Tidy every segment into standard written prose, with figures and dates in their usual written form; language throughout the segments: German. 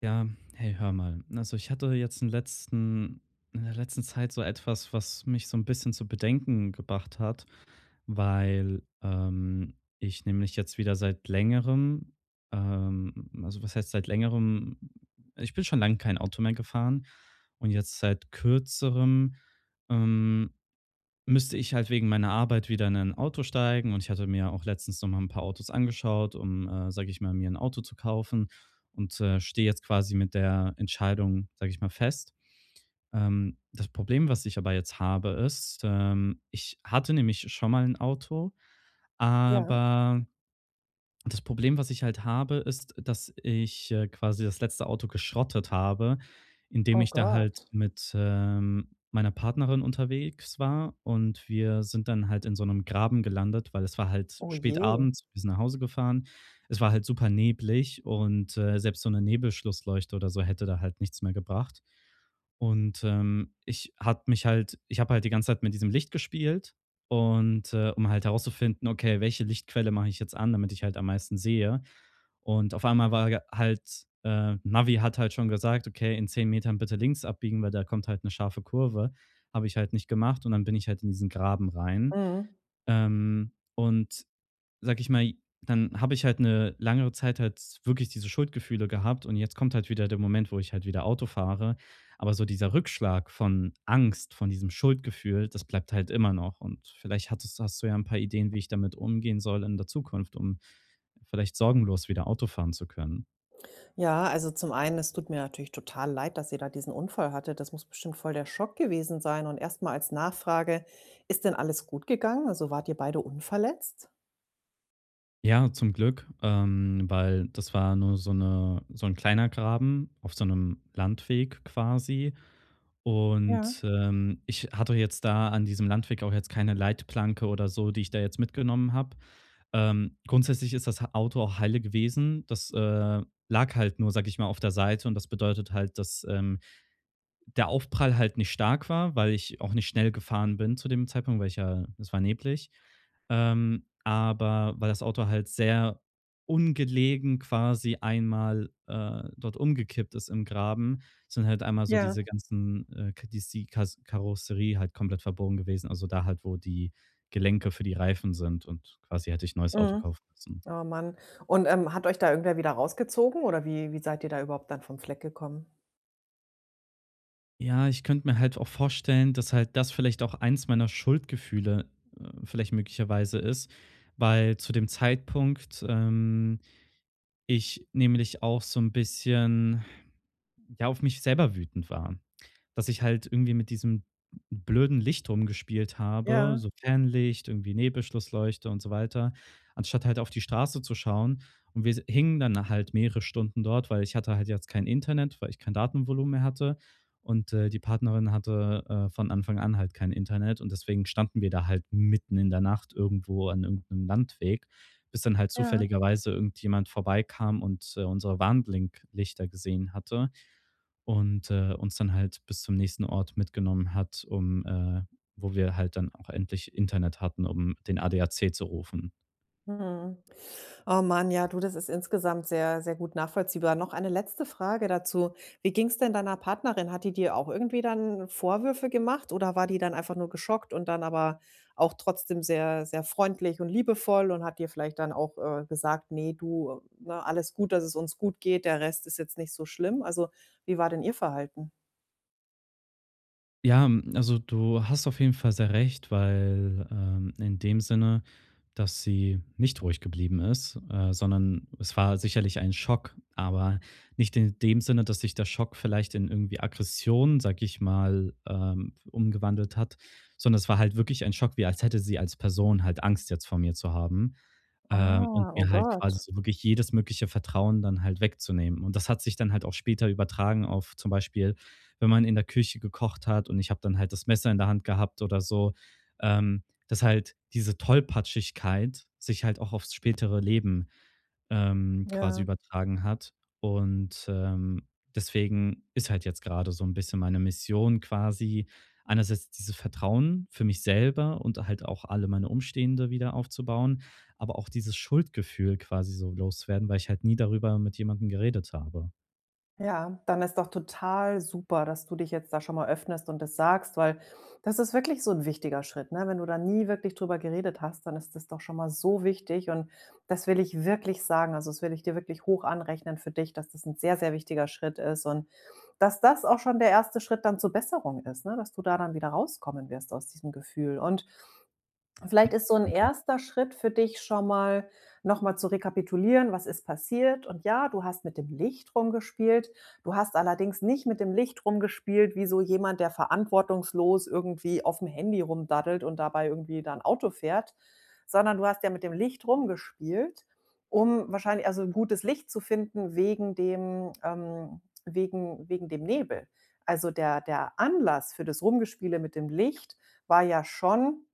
Ja, hey, hör mal. Also ich hatte jetzt in der letzten Zeit so etwas, was mich so ein bisschen zu bedenken gebracht hat, weil ich nämlich jetzt wieder seit längerem, also was heißt seit längerem, ich bin schon lange kein Auto mehr gefahren und jetzt seit kürzerem ähm, müsste ich halt wegen meiner Arbeit wieder in ein Auto steigen und ich hatte mir auch letztens noch mal ein paar Autos angeschaut, um, sage ich mal, mir ein Auto zu kaufen und, stehe jetzt quasi mit der Entscheidung, sage ich mal, fest. Das Problem, was ich aber jetzt habe, ist, ich hatte nämlich schon mal ein Auto, Ja, aber das Problem, was ich halt habe, ist, dass ich, quasi das letzte Auto geschrottet habe, indem oh ich da halt Gott. mit, meiner Partnerin unterwegs war und wir sind dann halt in so einem Graben gelandet, weil es war halt Oh spät je. abends, wir sind nach Hause gefahren. Es war halt super neblig und, selbst so eine Nebelschlussleuchte oder so hätte da halt nichts mehr gebracht. Und, ich habe halt die ganze Zeit mit diesem Licht gespielt und, um halt herauszufinden: „Okay, welche Lichtquelle mache ich jetzt an, damit ich halt am meisten sehe?“ Und auf einmal war ge halt Navi hat halt schon gesagt: „Okay, in 10 Metern bitte links abbiegen, weil da kommt halt eine scharfe Kurve.“ Habe ich halt nicht gemacht und dann bin ich halt in diesen Graben rein. Mhm. Ähm, und Sag ich mal, dann habe ich halt eine langere Zeit halt wirklich diese Schuldgefühle gehabt und jetzt kommt halt wieder der Moment, wo ich halt wieder Auto fahre. Aber so dieser Rückschlag von Angst, von diesem Schuldgefühl, das bleibt halt immer noch. Und vielleicht hattest hast du ja ein paar Ideen, wie ich damit umgehen soll in der Zukunft, um vielleicht sorgenlos wieder Auto fahren zu können. Ja, also zum einen, es tut mir natürlich total leid, dass ihr da diesen Unfall hattet. Das muss bestimmt voll der Schock gewesen sein. Und erstmal als Nachfrage, ist denn alles gut gegangen? Also wart ihr beide unverletzt? Ja, zum Glück, weil das war nur so ein kleiner Graben auf so einem Landweg quasi. Ja, Und, ich hatte jetzt da an diesem Landweg auch jetzt keine Leitplanke oder so, die ich da jetzt mitgenommen habe. Grundsätzlich ist das Auto auch heile gewesen. Das, lag halt nur, sag ich mal, auf der Seite und das bedeutet halt, dass, der Aufprall halt nicht stark war, weil ich auch nicht schnell gefahren bin zu dem Zeitpunkt, weil ich ja es war neblig. Aber weil das Auto halt sehr ungelegen quasi einmal dort umgekippt ist im Graben, sind halt einmal so ja. diese ganzen, die ist die Kas- Karosserie halt komplett verbogen gewesen. Also da halt, wo die Gelenke für die Reifen sind und quasi hätte ich ein neues Auto Mhm. kaufen müssen. Oh Mann. Und hat euch da irgendwer wieder rausgezogen oder wie seid ihr da überhaupt dann vom Fleck gekommen? Ja, ich könnte mir halt auch vorstellen, dass halt das vielleicht auch eins meiner Schuldgefühle, vielleicht möglicherweise ist, weil zu dem Zeitpunkt, ich nämlich auch so ein bisschen, ja, auf mich selber wütend war, dass ich halt irgendwie mit diesem blöden Licht rumgespielt habe, Ja, so Fernlicht, irgendwie Nebelschlussleuchte und so weiter, anstatt halt auf die Straße zu schauen. Und wir hingen dann halt mehrere Stunden dort, weil ich hatte halt jetzt kein Internet, weil ich kein Datenvolumen mehr hatte. Und die Partnerin hatte von Anfang an halt kein Internet und deswegen standen wir da halt mitten in der Nacht irgendwo an irgendeinem Landweg, bis dann halt ja. zufälligerweise irgendjemand vorbeikam und unsere Warnblinklichter gesehen hatte und, uns dann halt bis zum nächsten Ort mitgenommen hat, wo wir halt dann auch endlich Internet hatten, um den ADAC zu rufen. Mhm. Oh Mann, ja, du, das ist insgesamt sehr, sehr gut nachvollziehbar. Noch eine letzte Frage dazu. Wie ging es denn deiner Partnerin? Hat die dir auch irgendwie dann Vorwürfe gemacht oder war die dann einfach nur geschockt und dann aber auch trotzdem sehr, sehr freundlich und liebevoll und hat dir vielleicht dann auch gesagt, nee, du, ne, alles gut, dass es uns gut geht, der Rest ist jetzt nicht so schlimm. Also, wie war denn ihr Verhalten? Ja, hm, also du hast auf jeden Fall sehr recht, weil, in dem Sinne, dass sie nicht ruhig geblieben ist, sondern es war sicherlich ein Schock, aber nicht in dem Sinne, dass sich der Schock vielleicht in irgendwie Aggression, sag ich mal, umgewandelt hat, sondern es war halt wirklich ein Schock, wie als hätte sie als Person halt Angst jetzt vor mir zu haben, und Ah, oh mir halt quasi Gott. so wirklich jedes mögliche Vertrauen dann halt wegzunehmen. Und das hat sich dann halt auch später übertragen auf zum Beispiel wenn man in der Küche gekocht hat und ich habe dann halt das Messer in der Hand gehabt oder so, ähm, dass halt diese Tollpatschigkeit sich halt auch aufs spätere Leben, quasi Ja. übertragen hat. Und, deswegen ist halt jetzt gerade so ein bisschen meine Mission quasi, einerseits dieses Vertrauen für mich selber und halt auch alle meine Umstehende wieder aufzubauen, aber auch dieses Schuldgefühl quasi so loszuwerden, weil ich halt nie darüber mit jemandem geredet habe. Ja, dann ist doch total super, dass du dich jetzt da schon mal öffnest und das sagst, weil das ist wirklich so ein wichtiger Schritt, ne? Wenn du da nie wirklich drüber geredet hast, dann ist das doch schon mal so wichtig und das will ich wirklich sagen. Also, das will ich dir wirklich hoch anrechnen für dich, dass das ein sehr, sehr wichtiger Schritt ist und dass das auch schon der erste Schritt dann zur Besserung ist, ne, dass du da dann wieder rauskommen wirst aus diesem Gefühl. Und vielleicht ist so ein Danke. erster Schritt für dich schon mal, noch mal zu rekapitulieren: Was ist passiert? Und ja, du hast mit dem Licht rumgespielt. Du hast allerdings nicht mit dem Licht rumgespielt wie so jemand, der verantwortungslos irgendwie auf dem Handy rumdaddelt und dabei irgendwie da 'n Auto fährt, sondern du hast ja mit dem Licht rumgespielt, um wahrscheinlich also, ein gutes Licht zu finden wegen dem wegen dem Nebel. Also, der Anlass für das Rumgespiele mit dem Licht war ja schon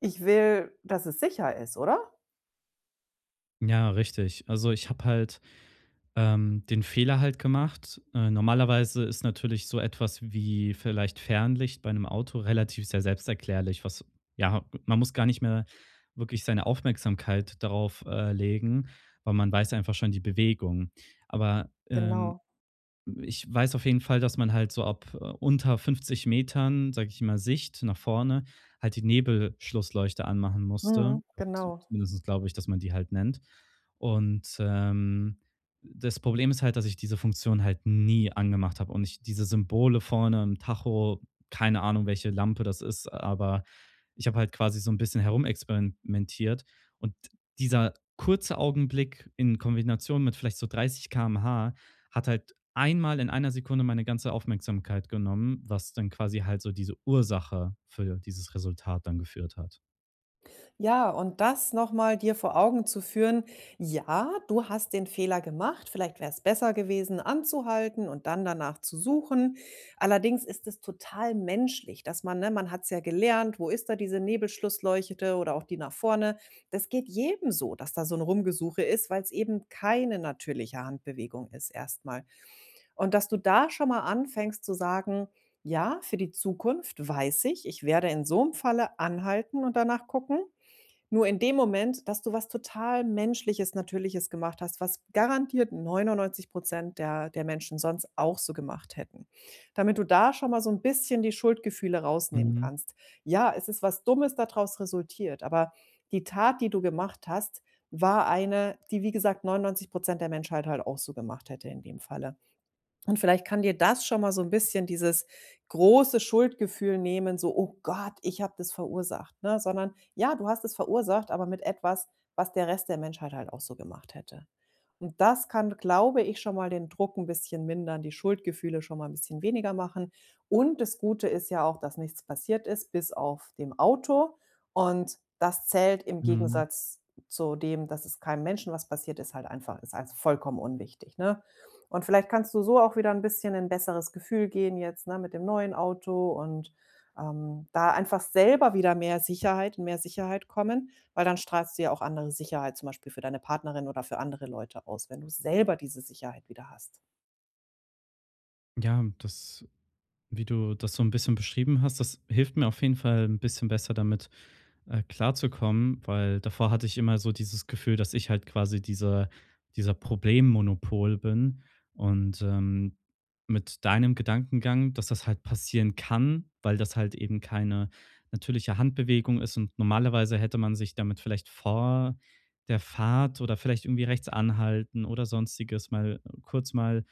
ich will, dass es sicher ist, oder? Ja, richtig. Also, ich habe halt den Fehler halt gemacht. Normalerweise ist natürlich so etwas wie vielleicht Fernlicht bei einem Auto relativ sehr selbsterklärlich, was ja, man muss gar nicht mehr wirklich seine Aufmerksamkeit darauf legen, weil man weiß einfach schon die Bewegung. Aber Genau. ich weiß auf jeden Fall, dass man halt so ab, unter 50 Metern, sage ich mal, Sicht nach vorne halt die Nebelschlussleuchte anmachen musste. Mhm, genau. Zumindest glaube ich, dass man die halt nennt. Und, das Problem ist halt, dass ich diese Funktion halt nie angemacht habe und ich diese Symbole vorne im Tacho, keine Ahnung, welche Lampe das ist, aber ich habe halt quasi so ein bisschen herumexperimentiert und dieser kurze Augenblick in Kombination mit vielleicht so 30 km/h hat halt einmal in einer Sekunde meine ganze Aufmerksamkeit genommen, was dann quasi halt so diese Ursache für dieses Resultat dann geführt hat. Ja, und das nochmal dir vor Augen zu führen, ja, du hast den Fehler gemacht, vielleicht wäre es besser gewesen, anzuhalten und dann danach zu suchen. Allerdings ist es total menschlich, dass man, ne, man hat es ja gelernt, wo ist da diese Nebelschlussleuchte oder auch die nach vorne. Das geht jedem so, dass da so ein Rumgesuche ist, weil es eben keine natürliche Handbewegung ist erstmal. Und dass du da schon mal anfängst zu sagen, ja, für die Zukunft weiß ich, ich werde in so einem Falle anhalten und danach gucken. Nur in dem Moment, dass du was total Menschliches, Natürliches gemacht hast, was garantiert 99 der Menschen sonst auch so gemacht hätten. Damit du da schon mal so ein bisschen die Schuldgefühle rausnehmen Mhm, kannst. Ja, es ist was Dummes daraus resultiert, aber die Tat, die du gemacht hast, war eine, die, wie gesagt, 99 der Menschheit halt auch so gemacht hätte in dem Falle. Und vielleicht kann dir das schon mal so ein bisschen dieses große Schuldgefühl nehmen, so: „Oh Gott, ich habe das verursacht“, ne? Sondern ja, du hast es verursacht, aber mit etwas, was der Rest der Menschheit halt auch so gemacht hätte. Und das kann, glaube ich, schon mal den Druck ein bisschen mindern, die Schuldgefühle schon mal ein bisschen weniger machen. Und das Gute ist ja auch, dass nichts passiert ist, bis auf dem Auto. Und das zählt im mhm. Gegensatz zu dem, dass es keinem Menschen was passiert ist, halt einfach ist also vollkommen unwichtig, ne? Und vielleicht kannst du so auch wieder ein bisschen in 'n besseres Gefühl gehen jetzt, ne, mit dem neuen Auto und, da einfach selber wieder mehr Sicherheit in mehr Sicherheit kommen, weil dann strahlst du ja auch andere Sicherheit zum Beispiel für deine Partnerin oder für andere Leute aus, wenn du selber diese Sicherheit wieder hast. Ja, das wie du das so ein bisschen beschrieben hast, das hilft mir auf jeden Fall ein bisschen besser damit, klarzukommen, weil davor hatte ich immer so dieses Gefühl, dass ich halt quasi dieser Problemmonopol bin und, mit deinem Gedankengang, dass das halt passieren kann, weil das halt eben keine natürliche Handbewegung ist und normalerweise hätte man sich damit vielleicht vor der Fahrt oder vielleicht irgendwie rechts anhalten oder Sonstiges mal kurz mal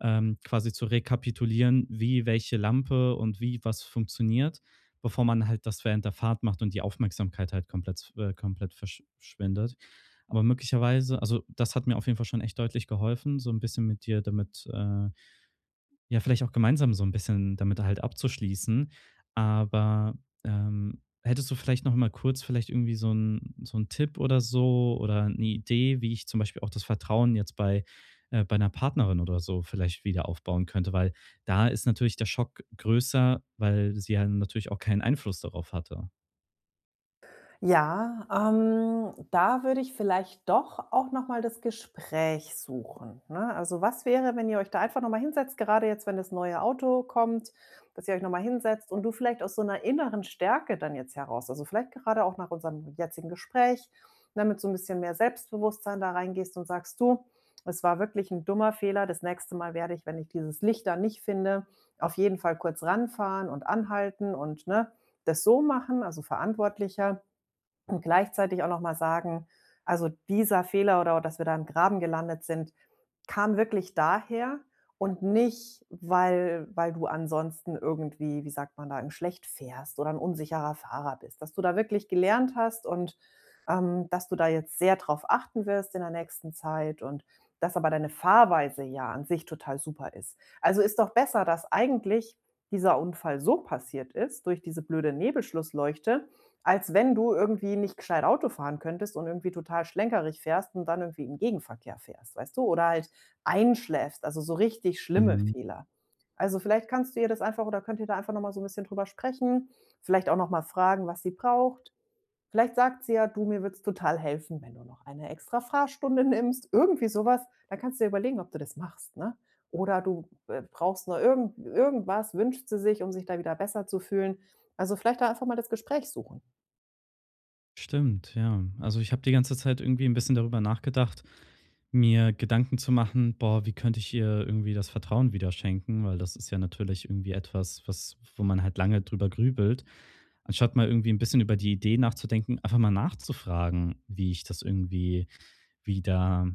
quasi zu rekapitulieren, wie welche Lampe und wie was funktioniert, bevor man halt das während der Fahrt macht und die Aufmerksamkeit halt komplett, verschwindet. Aber möglicherweise, also das hat mir auf jeden Fall schon echt deutlich geholfen, so ein bisschen mit dir damit ja, vielleicht auch gemeinsam so ein bisschen damit halt abzuschließen. Aber, hättest du vielleicht noch mal kurz vielleicht irgendwie so ein Tipp oder so oder eine Idee, wie ich zum Beispiel auch das Vertrauen jetzt bei bei einer Partnerin oder so vielleicht wieder aufbauen könnte? Weil da ist natürlich der Schock größer, weil sie ja natürlich auch keinen Einfluss darauf hatte. Ja, da würde ich vielleicht doch auch noch mal das Gespräch suchen, ne? Also, was wäre, wenn ihr euch da einfach noch mal hinsetzt, gerade jetzt, wenn das neue Auto kommt, dass ihr euch noch mal hinsetzt und du vielleicht aus so einer inneren Stärke dann jetzt heraus also, vielleicht gerade auch nach unserem jetzigen Gespräch, damit so ein bisschen mehr Selbstbewusstsein da reingehst und sagst: „Du, es war wirklich ein dummer Fehler. Das nächste Mal werde ich, wenn ich dieses Licht da nicht finde, auf jeden Fall kurz ranfahren und anhalten und, ne, das so machen, also, verantwortlicher. Und gleichzeitig auch noch mal sagen, also, dieser Fehler oder dass wir da im Graben gelandet sind, kam wirklich daher und nicht, weil du ansonsten irgendwie, wie sagt man da, schlecht fährst oder ein unsicherer Fahrer bist. Dass du da wirklich gelernt hast und, dass du da jetzt sehr drauf achten wirst in der nächsten Zeit und dass aber deine Fahrweise ja an sich total super ist. Also, ist doch besser, dass eigentlich dieser Unfall so passiert ist durch diese blöde Nebelschlussleuchte, als wenn du irgendwie nicht gescheit Auto fahren könntest und irgendwie total schlenkerig fährst und dann irgendwie im Gegenverkehr fährst, weißt du? Oder halt einschläfst, also so richtig schlimme Mhm. Fehler. Also, vielleicht kannst du ihr das einfach oder könnt ihr da einfach noch mal so ein bisschen drüber sprechen, vielleicht auch noch mal fragen, was sie braucht. Vielleicht sagt sie ja: „Du, mir wird's total helfen, wenn du noch eine extra Fahrstunde nimmst.“ Irgendwie sowas. Dann kannst du dir überlegen, ob du das machst, ne? Oder du, brauchst noch irgendwas wünscht sie sich, um sich da wieder besser zu fühlen. Also, vielleicht da einfach mal das Gespräch suchen. Stimmt, ja. Also, ich habe die ganze Zeit irgendwie ein bisschen darüber nachgedacht, mir Gedanken zu machen: „Boah, wie könnte ich ihr irgendwie das Vertrauen wieder schenken?“ Weil das ist ja natürlich irgendwie etwas, was wo man halt lange drüber grübelt. Anstatt mal irgendwie ein bisschen über die Idee nachzudenken, einfach mal nachzufragen, wie ich das irgendwie wieder,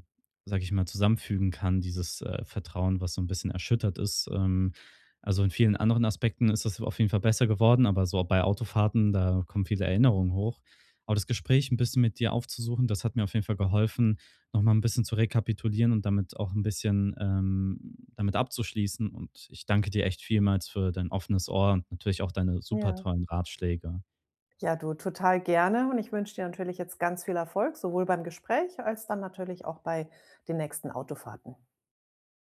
sage ich mal, zusammenfügen kann, dieses, Vertrauen, was so ein bisschen erschüttert ist. Also, in vielen anderen Aspekten ist das auf jeden Fall besser geworden, aber so bei Autofahrten, da kommen viele Erinnerungen hoch. Aber das Gespräch ein bisschen mit dir aufzusuchen, das hat mir auf jeden Fall geholfen, noch mal 'n bisschen zu rekapitulieren und damit auch ein bisschen, damit abzuschließen. Und ich danke dir echt vielmals für dein offenes Ohr und natürlich auch deine super Ja. tollen Ratschläge. Ja, du, total gerne und ich wünsche dir natürlich jetzt ganz viel Erfolg, sowohl beim Gespräch als dann natürlich auch bei den nächsten Autofahrten.